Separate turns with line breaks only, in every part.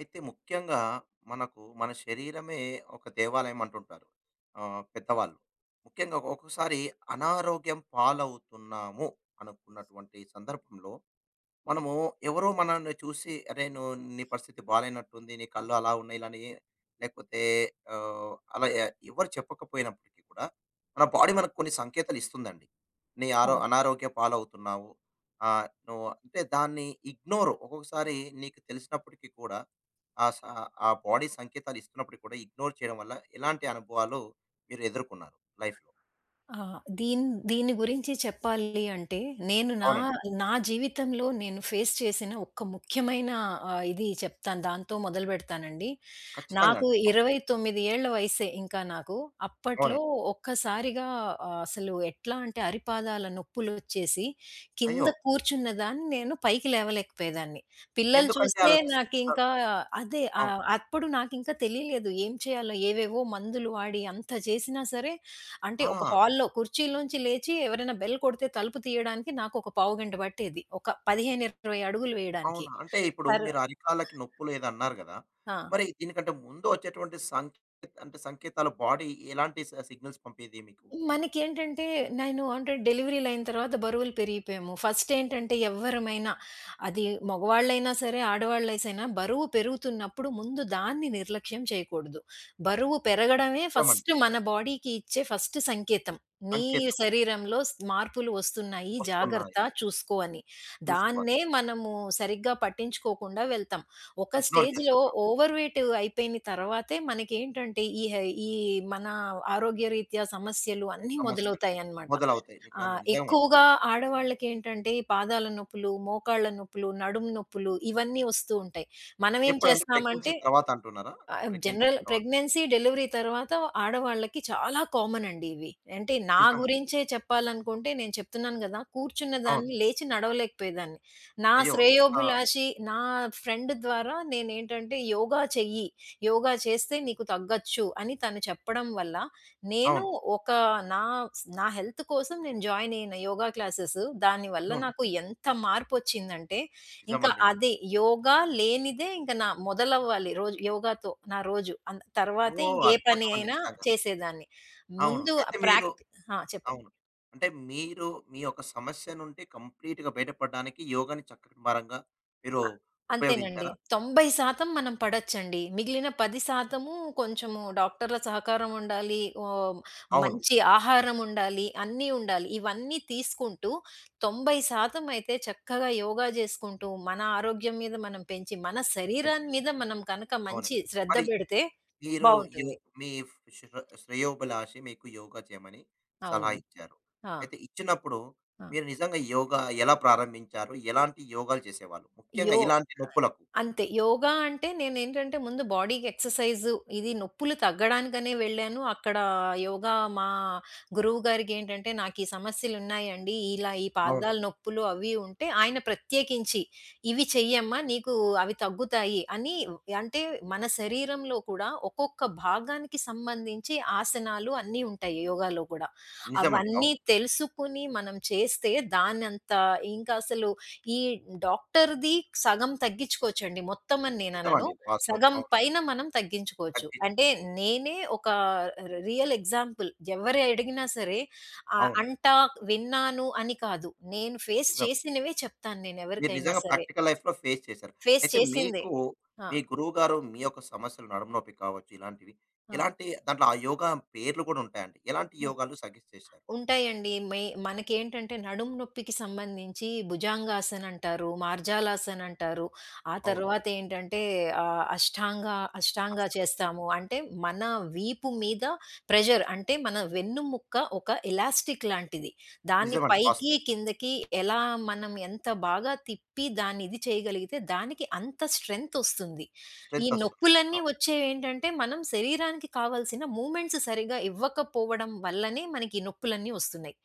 అయితే ముఖ్యంగా మనకు మన శరీరమే ఒక దేవాలయం అంటుంటారు పెద్దవాళ్ళు. ముఖ్యంగా ఒక్కొక్కసారి అనారోగ్యం పాలవుతున్నాము అనుకున్నటువంటి సందర్భంలో మనము ఎవరో మనల్ని చూసి "అరే! నువ్వు నీ పరిస్థితి బాలేనట్టుంది. నీ కళ్ళు అలా ఉన్నాయి" ఇలాని లేకపోతే ఆహ్, అలా ఎ ఎవరు చెప్పకపోయినప్పటికీ కూడా మన బాడీ మనకు కొన్ని సంకేతాలు ఇస్తుందండి. "నీ ఆరో
అవును.
అనారోగ్య పాలవుతున్నావు. నువ్వు" అంటే దాన్ని ఇగ్నోర్ ఒక్కొక్కసారి నీకు తెలిసినప్పటికీ కూడా ఆ స ఆ బాడీ సంకేతాలు ఇస్తున్నప్పటికి కూడా ఇగ్నోర్ చేయడం వల్ల ఎలాంటి అనుభవాలు మీరు ఎదుర్కొన్నారు లైఫ్‌లో?
ఆ! దీన్ దీని గురించి చెప్పాలి అంటే, నేను నా
అవునండి.
నా జీవితంలో నేను ఫేస్ చేసిన ఒక ముఖ్యమైన, ఇది చెప్తాను. దాంతో మొదలుపెడతానండి.
ఖచ్చితంగా
నాకు
అండి. అవును.
29 ఏళ్ల వయసే ఇంకా నాకు. అప్పట్లో
అవునండి.
ఒక్కసారిగా అసలు ఎట్లా అంటే అరిపాదాల నొప్పులొచ్చేసి,
అయ్యో!
కింద కూర్చున్న దాన్ని నేను పైకి లేవలేకపోయేదాన్ని. పిల్లలు
ఎందుకంటే
చూస్తే
అలా స
నాకింకా
అవును.
అప్పుడు నాకింకా తెలియలేదు ఏం చేయాలో. ఏవేవో మందులు వాడి అంత చేసినా సరే, అంటే
ఆ!
ఒక హాల్‌లో కుర్చీలోంచి లేచి ఎవరైనా బెల్ కొడితే తలుపు తీయడానికి నాకొక పావుగంట పట్టేది, ఒక 15, 20 అడుగులు వేయడానికి.
అవునా? అంటే ఇప్పుడు
తర్వా
మీరు అరికాళ్ళకి నొప్పులు ఏదో అన్నారు గదా!
ఆ!
మరి దీనికంటే ముందు వచ్చేటువంటి సంకేత అంటే సంకేతాలు బాడీ ఎలాంటి సిగ్నల్స్ పంపేది మీకు?
మనకేంటంటే, నేను అంటే డెలివరీలయిన తర్వాత బరువులు పెరిగిపోయాము. ఫస్ట్ ఏంటంటే ఎవ్వరమైనా, అది మగవాళ్ళైనా సరే, ఆడవాళ్ళైసైనా, బరువు పెరుగుతున్నప్పుడు ముందు దాన్ని నిర్లక్ష్యం చేయకూడదు. బరువు పెరగడమే
చెప్పమండి.
ఫస్ట్ మన బాడీకి ఇచ్చే ఫస్ట్ సంకేతం. నీ
సంకేతం
శరీరంలో మార్పులు వస్తున్నాయి, జాగ్రత్త
వస్తున్నాయి.
చూసుకో అని.
చూసుకోవాలి.
దాన్నే మనము సరిగ్గా పట్టించుకోకుండా వెళ్తాం. ఒక
ఇగ్నోర్
స్టేజ్‌లో
చేస్తుంటాం.
ఓవర్ వెయిట్ అయిపోయిన తర్వాతే మనకేంటంటే ఈ మన ఆరోగ్యరీత్యా సమస్యలు అన్నీ
సమస్యలు
మొదలవుతాయన్నమాట.
మొదలవుతాయి. నిజంగా నిజమండి.
ఎక్కువగా ఆడవాళ్ళకేంటంటే పాదాల నొప్పులు, మోకాళ్ళ నొప్పులు, నడుము నొప్పులు ఇవన్నీ వస్తూ ఉంటాయి. మనమేం
ఎప్పుడండి ప్రెగ్నెన్సీ
చేస్తామంటే
తర్వాత అంటున్నారా? ప్రెగ్నెన్సీ
జనరల్
తర్వాత.
ప్రెగ్నెన్సీ, డెలివరీ తర్వాత ఆడవాళ్ళకి చాలా కామన్ అండి ఇవి. అంటే నా
నిజమండి.
గురించే చెప్పాలనుకుంటే, నేను చెప్తున్నాను గదా, కూర్చున్న
అవును.
దాన్ని లేచి నడవలేకపోయేదాన్ని. నా
అయ్యో! అంత
శ్రేయోభిలాషి నా ఫ్రెండ్ ద్వారా నేనేంటంటే యోగా చెయ్యి, యోగా చేస్తే నీకు తగ్గొచ్చు అని తను చెప్పడం వల్ల నేను
అవును.
ఒక నా స్ నా హెల్త్ కోసం నేను జాయిన్ అయిన యోగా క్లాసెస్, దానివల్ల
అవును.
నాకు ఎంత మార్పొచ్చిందంటే, ఇంకా
నిజమండి.
అదే యోగా లేనిదే ఇంక నా మొదలవ్వాలి రోజు, యోగాతో నా రోజు. అన్ తర్వాతే
ఓహ్!
ఇంకే పని
అద్భుతమండి
అయినా
నిజంగా.
చేసేదాన్ని.
అవును.
ముందు
అయితే మీరు
ప్రాక్ట్ ఆ, చెప్పండి.
అవును. అంటే మీరు మీ యొక్క సమస్య నుండి కంప్లీట్‌గా బయటపడడానికి యోగాని చక్కటి పరంగా మీరు
అంతేనండి.
ఉపయోగించారా?
90% మనం పడొచ్చండి. మిగిలిన 10% కొంచెము డాక్టర్ల సహకారం ఉండాలి. ఓహ్!
అవును.
మంచి ఆహారం ఉండాలి, అన్నీ ఉండాలి. ఇవన్నీ తీసుకుంటూ 90% అయితే చక్కగా యోగా చేసుకుంటూ, మన ఆరోగ్యం మీద మనం పెంచి, మన
ఎన్
శరీరాన్ని మీద మనం కనుక
అవునండి.
మంచి శ్రద్ధ
మరి
పెడితే
మీరు యో
బావుంటుంది.
మీ శ్రేయోభిలాషి మీకు యోగా చేయమని సలహా
అవునండి.
ఇచ్చారు.
ఆ!
అయితే ఇచ్చినప్పుడు
ఆ!
మీరు నిజంగా యోగా ఎలా ప్రారంభించారు? ఎలాంటి యోగాలు చేసేవాళ్ళు? ముఖ్యంగా
యో
ఇలాంటి నొప్పులకు.
అంతే. యోగా అంటే నేనేంటంటే ముందు బాడీకి ఎక్సర్‌సైజు, ఇది నొప్పులు తగ్గడానికనే వెళ్ళాను. అక్కడ యోగా మా గురువు గారికేంటంటే, "నాకు ఈ సమస్యలున్నాయండి. ఇలా ఈ
అవును.
పాదాల నొప్పులు అవి ఉంటే." ఆయన ప్రత్యేకించి, "ఇవి చెయ్యమ్మా నీకు, అవి తగ్గుతాయి" అని. అంటే మన శరీరంలో కూడా ఒక్కొక్క భాగానికి సంబంధించి ఆసనాలు అన్నీ ఉంటాయి యోగాలో కూడా.
నిజమండి.
అవన్నీ
అవును.
తెలుసుకుని మనం చేస్తే దానంత ఇంకసలు ఈ డాక్టర్‌ది సగం తగ్గించుకోవచ్చండి. మొత్తం అని నేననను.
నిజమండి. వాస్తవం.
సగం
అవును.
పైన మనం తగ్గించుకోవచ్చు. అంటే
తగ్గించుకోవచ్చు.
నేనే ఒక రియల్ ఎగ్జాంపుల్. ఎవరు అడిగినా సరే ఆహ్,
అవునండి.
అంటా, విన్నాను అని కాదు, నేను ఫేస్
నిజం.
చేసినవే చెప్తాను
మీరు
నేనెవరికైనా
నిజంగా
సరే.
ప్రాక్టికల్ లైఫ్‌లో ఫేస్ చేశారు.
ఫేస్
అయితే
చేసిందే.
మీకు
ఆ!
మీ గురువుగారు మీ యొక్క సమస్యలు నడుము నొప్పి కావచ్చు ఇలాంటివి.
ఆ!
ఎలాంటి దాంట్లో ఆ యోగా పేర్లు కూడా ఉంటాయండి. ఎలాంటి యోగాలు సజెస్ట్ చేశారు?
ఉంటాయండి. మనకేంటంటే నడుము నొప్పికి సంబంధించి భుజంగాసన్ అంటారు, మార్జాలాసన్ అంటారు. ఆ
అవును.
తర్వాత ఏంటంటే ఆహ్, అష్టాంగ అష్టాంగ
వాస్తవంగా.
చేస్తాము. అంటే మన వీపు మీద ప్రెషర్, అంటే మన వెన్నుముక్క ఒక ఎలాస్టిక్ లాంటిది. దాన్ని
నిజమండి.
పైకి,
వాస్తవం.
కిందకి ఎలా మనం ఎంత బాగా తిప్పి దాన్ని ఇది చేయగలిగితే దానికి అంత స్ట్రెంత్ ఒస్తుంది. ఈ
స్ట్రెంత్ వస్తుంది.
నొప్పులన్నీ
అవును.
వచ్చేవేంటంటే, మనం శరీరానికి కావాల్సిన మూమెంట్స్ సరిగ్గా ఇవ్వకపోవడం వల్లనే మనకి ఈ నొప్పులన్నీ వస్తున్నాయి.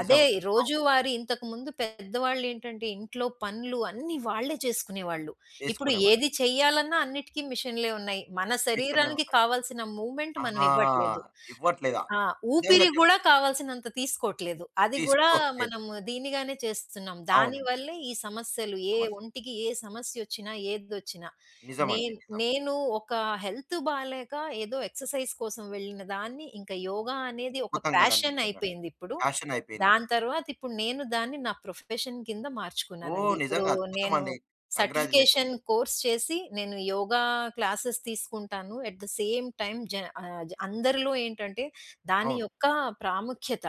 అదే
నిజమండి. అవును.
రోజువారీ, ఇంతకుముందు పెద్దవాళ్ళేంటంటే ఇంట్లో పనులు అన్నీ వాళ్ళే చేసుకునేవాళ్ళు. ఇప్పుడు
చేసుకునేవాళ్ళు.
ఏది చెయ్యాలన్నా అన్నిటికీ మిషన్‌లే ఉన్నాయి. మన
విషయంలో
శరీరానికి
ఉన్నాయి.
కావాల్సిన మూమెంట్ మనం
ఆహా!
ఇవ్వట్లేదు.
ఇవ్వట్లేదా?
ఆ!
నిజంగా
ఊపిరి
చెప్
గూడా కావాల్సినంత తీసుకోవట్లేదు. అది గూడా
తీసుకోవట్లేదు.
మనం దీనిగానే చేస్తున్నాం.
అవునండి.
దానివల్లే ఈ సమస్యలు, ఏ
సమస్య.
ఒంటికి ఏ సమస్యొచ్చినా, ఏదొచ్చినా.
నిజమండి.
నేన్
నిజం.
నేను ఒక హెల్త్ బాలేక ఏదో ఎక్సర్‌సైజ్ కోసం వెళ్ళిన దాన్ని, ఇంకా యోగా అనేది ఒక
అద్భుతం కదండీ!
ప్యాషన్
నిజంగా.
అయిపోయిందిప్పుడు.
ఫ్యాషన్ అయిపోయింది.
దాని తర్వాత ఇప్పుడు నేను దాన్ని నా ప్రొఫెషన్ కింద
ఓహ్!
మార్చుకున్నానండి. ఇప్పుడు
నిజంగా అద్భుతం
నేను
అండి. కంగ్రాచ్యులేషన్స్.
సర్టిఫికేషన్ కోర్స్ చేసి నేను యోగా క్లాసెస్ తీసుకుంటాను. ఎట్ ద సేమ్ టైమ్ జ ఆహ్, అందరిలో ఏంటంటే దాని
అవును.
యొక్క ప్రాముఖ్యత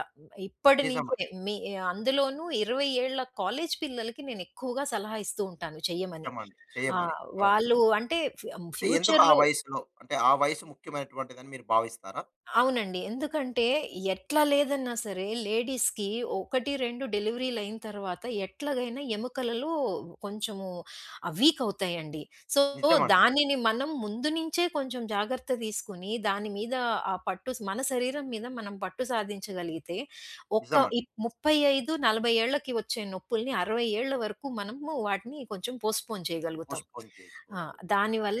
ఇప్పటి
నిజం.
నుంచే మీ అందులోనూ 20 ఏళ్ల కాలేజ్ పిల్లలకి నేను ఎక్కువగా సలహా ఇస్తూ ఉంటాను చెయ్యమని.
నిజమండి. చేయమని. అవును.
వాళ్ళు అంటే
అంటే ఎందుకు ఆ
ఫ్యూచర్‌లో
వయసులో అంటే ఆ వయసు ముఖ్యమైనటువంటిదని మీరు భావిస్తారా?
అవునండి, ఎందుకంటే ఎట్లా లేదన్నా సరే లేడీస్‌కి 1, 2 డెలివరీలయిన తర్వాత ఎట్లాగైనా ఎముకలలో కొంచెము వీక్ అవుతాయండి. సో,
నిజమండి.
దానిని మనం ముందు నుంచే కొంచెం జాగ్రత్త తీసుకొని దాని మీద ఆ పట్టు, మన శరీరం మీద మనం పట్టు సాధించగలిగితే ఒక
నిజమండి.
ఇప్ 35, 40 ఏళ్లకి వచ్చే నొప్పుల్ని 60 ఏళ్ల వరకు మనము వాటిని కొంచెం పోస్ట్‌పోన్ చేయగలుగుతాం.
పోస్ట్‌పోన్
ఆ!
చేసుకోవచ్చు.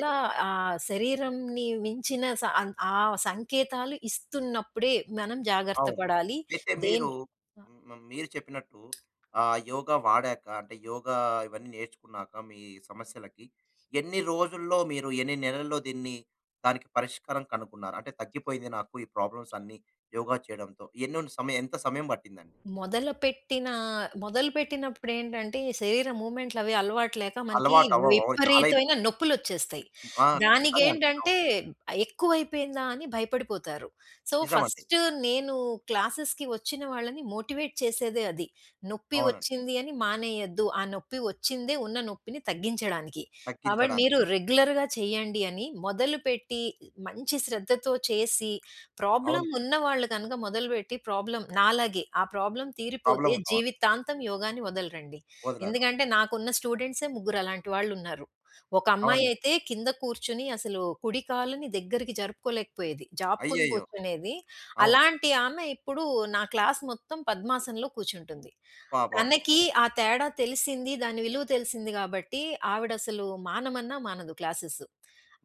ఎ
శరీరంని మించిన స అన్ ఆ సంకేతాలు ఇస్తున్నప్పుడే మనం జాగ్రత్త
అవును.
పడాలి.
అయితే మీరు
దేన్ని
హ్మ్. మీరు చెప్పినట్టు యోగా వాడాక అంటే యోగా ఇవన్నీ నేర్చుకున్నాక మీ సమస్యలకి ఎన్ని రోజుల్లో మీరు ఎన్ని నెలల్లో దీన్ని దానికి పరిష్కారం కనుక్కున్నారు? అంటే తగ్గిపోయింది నాకు ఈ ప్రాబ్లమ్స్ అన్నీ యోగా చేయడంతో. ఎన్నో సమయం ఎంత సమయం పట్టిందండి?
మొదలుపెట్టిన మొదలుపెట్టినప్పుడేంటంటే, ఈ శరీర మూవ్‌మెంట్‌లవి అలవాటు లేక మనకి
అలవాటు అవ్వవు. అవును. చాలా
విపరీతమైన
ఇబ్బంది.
నొప్పులొచ్చేస్తాయి.
ఆ! ఖచ్చితంగా అండి. అవును.
దానికేంటంటే, ఎక్కువైపోయిందా అని భయపడిపోతారు. సో,
నిజమండి.
ఫస్ట్ నేను క్లాసెస్‌కి వచ్చిన వాళ్ళని మోటివేట్ చేసేదే అది. నొప్పి
అవునండి.
వచ్చింది అని మానేయొద్దు, ఆ నొప్పి వచ్చిందే ఉన్న నొప్పిని తగ్గించడానికి. కాబట్టి
తగ్గించడానికి.
మీరు రెగ్యులర్‌గా చేయండి అని మొదలుపెట్టి, మంచి శ్రద్ధతో చేసి,
అవును.
ప్రాబ్లమ్ ఉన్నవాళ్ళు గనక మొదలుపెట్టి ప్రాబ్లమ్ నాలాగే ఆ ప్రాబ్లమ్ తీరిపోతే
ప్రాబ్లమ్ ఉన్నవారు
జీవితాంతం యోగాని వదలరండి.
వదలరు.
ఎందుకంటే నాకున్న స్టూడెంట్సే ముగ్గురు అలాంటి వాళ్ళున్నారు. ఒక
అవునండి.
అమ్మాయయితే కింద కూర్చొని అసలు కుడి కాలుని దగ్గరికి జరుపుకోలేకపోయేది, జాపుకొని
అయ్యయ్యో!
కూర్చునేది.
అవును.
అలాంటి ఆమె ఇప్పుడు నా క్లాస్ మొత్తం పద్మాసనంలో కూర్చుంటుంది.
అబ్బబ్బబ్బా!
తనకి ఆ తేడా తెలిసింది, దాని విలువ తెలిసింది గాబట్టి, ఆవిడసలు మానమన్నా మానదు క్లాసెస్.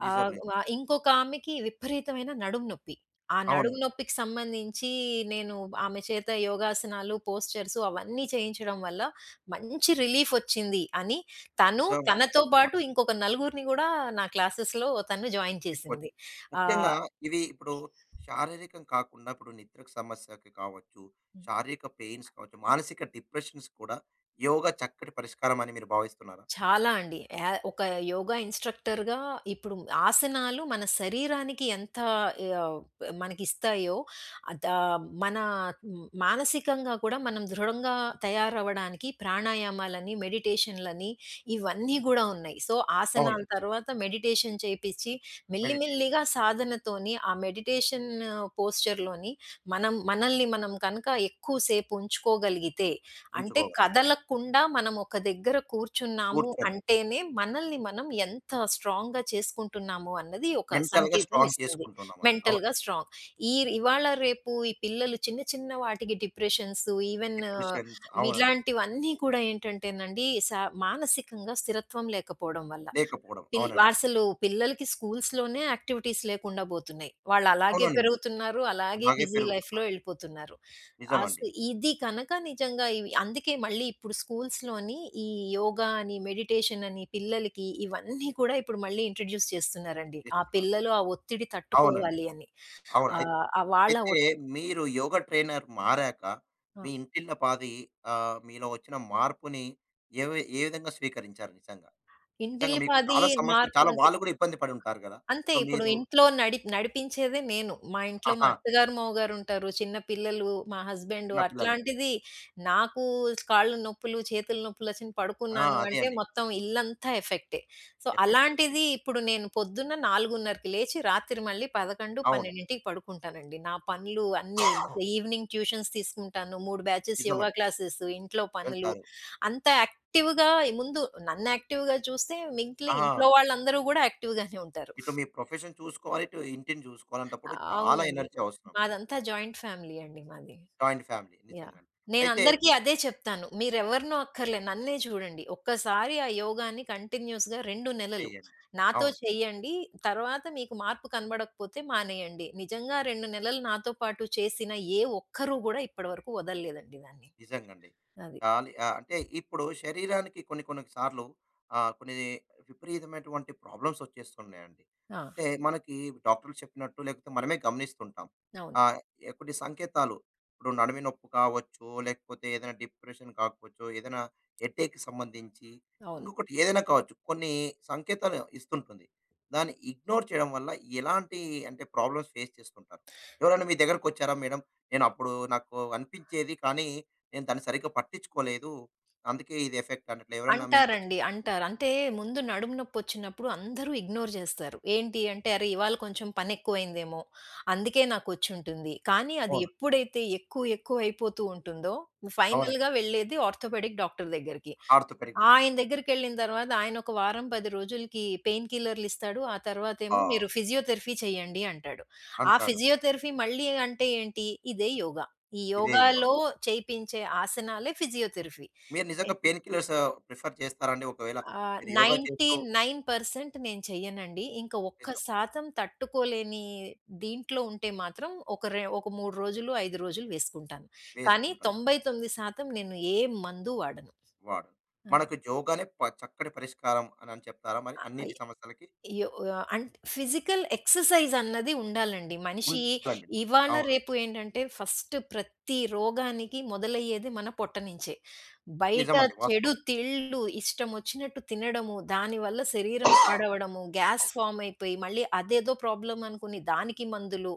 నిజం.
ఆహ్,
నిజం.
వ ఇంకొక ఆమెకి విపరీతమైన నడుము నొప్పి. ఆ నడుము
అవునండి.
నొప్పికి సంబంధించి నేను ఆమె చేత యోగాసనాలు, పోస్చర్స్ అవన్నీ చేయించడం వల్ల మంచి రిలీఫొచ్చింది అని తను,
నిజంగా
తనతో పాటు
అద్భుతమండి.
ఇంకొక నలుగురిని గూడా నా క్లాసెస్‌లో తను జాయిన్ చేసింది.
తీసుకొచ్చింది. ముఖ్యంగా
ఆహ్
ఇవి ఇప్పుడు శారీరకం కాకుండా ఇప్పుడు నిద్రకు సమస్యకి కావచ్చు, శారీరక పెయిన్స్ కావచ్చు, మానసిక డిప్రెషన్స్ కూడా యోగా చక్కటి పరిష్కారం అని మీరు భావిస్తున్నారా?
చాలా అండి. యా ఒక యోగా ఇన్‌స్ట్రక్టర్‌గా ఇప్పుడు ఆసనాలు మన శరీరానికి ఎంత యావ్ మనకిస్తాయో, అదా మన మానసికంగా కూడా మనం దృఢంగా తయారవ్వడానికి ప్రాణాయామాలని, మెడిటేషన్‌లని ఇవన్నీ గూడా ఉన్నాయి. సో, ఆసనాల
అవునండి.
తర్వాత మెడిటేషన్ చేపిచ్చి,
మెడిటేషన్
మెల్లిమెల్లిగా సాధనతోని ఆ మెడిటేషన్ పోస్చర్‌లోని మనం మనల్ని మనం కనుక ఎక్కువ సేపు ఉంచుకోగలిగితే, అంటే
ఉంచుకోగలిగితే.
కదలకుండా మనం ఒక దగ్గర కూర్చున్నాము
కూర్చొని
అంటేనే, మనల్ని మనం ఎంత స్ట్రాంగ్‌గా చేసుకుంటున్నాము అన్నది ఒక
మెంటల్‌గా
సంకేతం
స్ట్రాంగ్
ఇస్తుంది.
చేసుకుంటున్నామని. అవును.
మెంటల్‌గా స్ట్రాంగ్. ఈ ఇవాళ రేపు ఈ పిల్లలు చిన్న చిన్న వాటికి డిప్రెషన్స్, ఈవెన్
డిప్రెషన్స్ అవునండి.
ఇలాంటివన్నీ కూడా ఏంటంటేనండి, మానసికంగా స్థిరత్వం లేకపోవడం వల్ల.
లేకపోవడం. అవునండి.
అసలు పిల్లలకి స్కూల్స్‌లోనే యాక్టివిటీస్ లేకుండా బోతున్నాయి. వాళ్ళలాగే
అవునండి.
పెరుగుతున్నారు, అలాగే
అలాగే
బిజీ లైఫ్‌లో
పెరుగుతున్నారు.
ఎళ్ళిపోతున్నారు.
నిజమండి.
అసలు ఇది కనక నిజంగా ఇవి, అందుకే మళ్ళీ ఇప్పుడు స్కూల్స్‌లోని ఈ యోగా అని, మెడిటేషన్ అని పిల్లలకి ఇవన్నీ కూడా ఇప్పుడు మళ్ళీ ఇంట్రొడ్యూస్ చేస్తున్నారండి, ఆ
ఇస్తున్నారు.
పిల్లలు ఆ ఒత్తిడి
అవునండి.
తట్టుకోవాలి అని.
అవును. అయి
ఆహ్, ఆ వాళ్ళ
అయితే
ఒత్
మీరు యోగా ట్రైనర్ మారాక
ఆ,
మీ ఇంటిల్ల పాది మీలో వచ్చిన మార్పుని ఏ విధంగా స్వీకరించారు నిజంగా? నిజంగా మీకు
ఇంటిల్లిపాది
చాలా సమస్యలు
మార్పు
చాలా
అంటే
వాళ్ళు కూడా ఇబ్బంది పడి ఉంటారు కదా!
అంతే,
సో
ఇప్పుడు
మీరు
ఇంట్లో నడిపించేదే నేను. మా ఇంట్లో మా
ఆహా!
అత్తగారు, మావగారుంటారు, చిన్న పిల్లలు, మా హస్బెండు,
చిన్న పిల్లలు.
అట్లాంటిది నాకు కాళ్ళు నొప్పులు, చేతుల నొప్పులొచ్చి
ఆ!
పడుకున్నాను
అదే
అంటే
అండి.
మొత్తం ఇల్లంతా ఎఫెక్టే. So,
effect.
అలాంటిది ఇప్పుడు నేను పొద్దున్న 4:30కి లేచి రాత్రి మళ్ళీ 11,
అవును.
12కి పడుకుంటానండి. నా పనులు అన్నీ, ఈవినింగ్ ట్యూషన్స్ తీసుకుంటాను, 3 బ్యాచెస్ యోగా
నిజమండి.
క్లాసెస్, ఇంట్లో పనులు,
వెళ్తారు.
అంత యాక్టివ్‌గా. ముందు నన్ను యాక్టివ్‌గా చూస్తే మిగిలిన
ఆ!
ఇంట్లో వాళ్ళందరూ గూడా యాక్టివ్‌గానే ఉంటారు.
ఇటు మీ ప్రొఫెషన్ చూసుకోవాలి. ఇటు ఇంటిని చూసుకోవాలి. అలాంటప్పుడు చాలా
అవునండి.
ఎనర్జీ అవసరం.
మాదంతా జాయింట్ ఫ్యామిలీ అండి మాది.
Joint family
yeah!
నిజంగానే. అయితే
నేనందరికీ అదే చెప్తాను, మీరెవరినో అక్కర్లే, నన్నే చూడండి. ఒక్కసారి ఆ యోగాని కంటిన్యూయస్‌గా 2 నెలలు
చేయండి.
నాతో
అవును.
చేయండి, తర్వాత మీకు మార్పు కనబడకపోతే మానేయండి. నిజంగా 2 నెలలు నాతో పాటు చేసిన ఏ ఒక్కరు గూడా ఇప్పటి వరకు వదలలేదండి దాన్ని,
నిజంగండి.
అది.
గాలి అంటే ఇప్పుడు శరీరానికి కొన్ని కొన్ని సార్లు కొన్ని విపరీతమైనటువంటి ప్రాబ్లమ్స్ వచ్చేస్తున్నాయండి.
ఆ!
అయితే మనకి డాక్టర్లు చెప్పినట్టు లేకపోతే మనమే గమనిస్తుంటాం.
అవును.
ఆహ్, ఎ కొన్ని సంకేతాలు ఇప్పుడు నడుము నొప్పి కావచ్చు, లేకపోతే ఏదైనా డిప్రెషన్ కావచ్చు, ఏదైనా హెడేక్‌కి సంబంధించి
అవును.
ఇంకొకటి ఏదైనా కావచ్చు. కొన్ని సంకేతాలు ఇస్తుంటుంది. దాన్ని ఇగ్నోర్ చేయడం వల్ల ఎలాంటి అంటే ప్రాబ్లమ్స్ ఫేస్ చేస్తుంటారు? ఎవరైనా మీ దగ్గరకొచ్చారా మేడమ్, నేనప్పుడు నాకు అనిపించేది కానీ నేను దాన్ని సరిగ్గా పట్టించుకోలేదు. అందుకే ఇది ఎఫెక్ట్ అన్నట్లు. ఎవరన్నా మీకొచ్చి
అంటారండి. అంటారు. అంటే ముందు నడుము నొప్పొచ్చినప్పుడు అందరూ ఇగ్నోర్ జేస్తారు. ఏంటి అంటే, "అరే! ఇవాళ కొంచెం పనెక్కువైందేమో, అందుకే నాకొచ్చుంటుంది." కానీ అది
అవును.
ఎప్పుడైతే ఎక్కువ ఎక్కువ అయిపోతూ ఉంటుందో,
అవునండి.
ఫైనల్‌గా వెళ్ళేది ఆర్థోపెడిక్ డాక్టర్ దగ్గరికి.
ఆర్థోపెడిక్
ఆయన
డాక్టర్.
దగ్గరికెళ్ళిన తర్వాత ఆయన ఒక వారం, 10 రోజులకి పెయిన్ కిల్లర్‌లిస్తాడు. ఆ తర్వాతేమో
ఆ!
మీరు ఫిజియోథెరపీ చేయండి అంటాడు. ఆ
అంటాడు.
ఫిజియోథెరపీ మళ్ళీ అంటే ఏంటి? ఇదే యోగా. ఈ
ఇదే యోగ.
యోగాలో చేపించే ఆసనాలే ఫిజియోథెరపీ.
మీరు నిజంగా పెయిన్ కిల్లర్స్ ప్రిఫర్ చేస్తారండి? ఒకవేళ మీరు యోగా చేస్తూ
99% నేను చెయ్యనండి. ఇంక ఒక్క
నిజం
శాతం తట్టుకోలేని దీంట్లో ఉంటే మాత్రం ఒక 3 రోజులు, 5 రోజులు వేసుకుంటాను. కానీ
వేసుకుంటారు.
99% నేను ఏ మందు వాడను.
వాడరు. మనకు యోగానే చక్కటి పరిష్కారం అనని చెప్తారా మరి
ఆ!
అన్నిటి సమస్యలకి?
యో ఆహ్, అన్ ఫిజికల్ ఎక్సర్‌సైజ్ అన్నది ఉండాలండి మనిషి.
ఉండాలండి.
ఇవాళ,
అవును.
రేపు ఏంటంటే ఫస్ట్ ప్రతి రోగానికి మొదలయ్యేది మన పొట్ట నుంచే. బయట
నిజమండి.
చెడు
వాస్తవం.
తిళ్ళు ఇష్టమొచ్చినట్టు తినడము, దానివల్ల శరీరం పాడవడము, గ్యాస్ ఫార్మ్ అయిపోయి మళ్ళీ అదేదో ప్రాబ్లమ్ అనుకుని దానికి మందులు.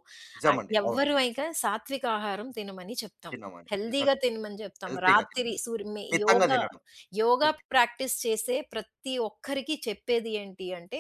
నిజమండి. అవును.
ఎవ్వరు అయిక సాత్విక ఆహారం తినమని చెప్తాం,
తిన్నామండి.
హెల్తీగా
నిజంగా.
తినమని చెప్తాం.
హెల్తీగా
రాత్రి
తినాలి.
సూర్ మి
మితంగా
యోగా
తినడం.
యోగా
మీరు తినడం.
ప్రాక్టీస్ చేసే ప్రతి ఒక్కరికి చెప్పేది ఏంటి అంటే,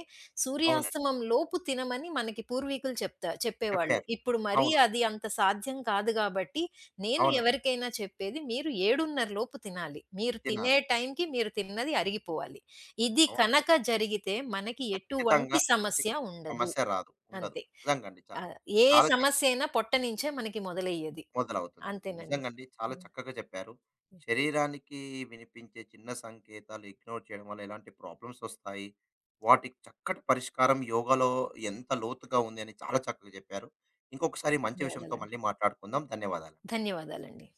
అవునండి.
సూర్యాస్తమం లోపు తినమని మనకి పూర్వీకులు చెప్పేవాళ్ళు.
చెప్పారు.
ఇప్పుడు మరీ
అవునండి.
అది అంత సాధ్యం కాదు గాబట్టి, నేను
అవునండి.
ఎవరికైనా చెప్పేది మీరు 7:30 లోపు తినాలి, మీరు తినే
తినాలి.
టైంకి మీరు తిన్నది అరిగిపోవాలి. ఇది
అవును.
కనక జరిగితే మనకి
ఖచ్చితంగా
ఎటువంటి
అంటే
సమస్య ఉండదు.
సమస్య రాదు. ఉండదు.
అంతే.
నిజంగండి. చా
ఆహ్, ఏ
చాలా చక్కగా
సమస్యైనా పొట్ట నించే మనకి మొదలయ్యేది.
మొదలవుతుంది.
అంతేనండి.
నిజంగండి. చాలా
హ్మ్.
చక్కగా చెప్పారు. శరీరానికి వినిపించే చిన్న సంకేతాలు ఇగ్నోర్ చేయడం వల్ల ఎలాంటి ప్రాబ్లమ్స్ వస్తాయి. వాటికి చక్కటి పరిష్కారం యోగాలో ఎంత లోతుగా ఉంది అని చాలా చక్కగా చెప్పారు. ఇంకొకసారి మంచి విషయంతో
ధన్యవాదాలండి.
మళ్ళీ మాట్లాడుకుందాం. ధన్యవాదాలు.
ధన్యవాదాలండి.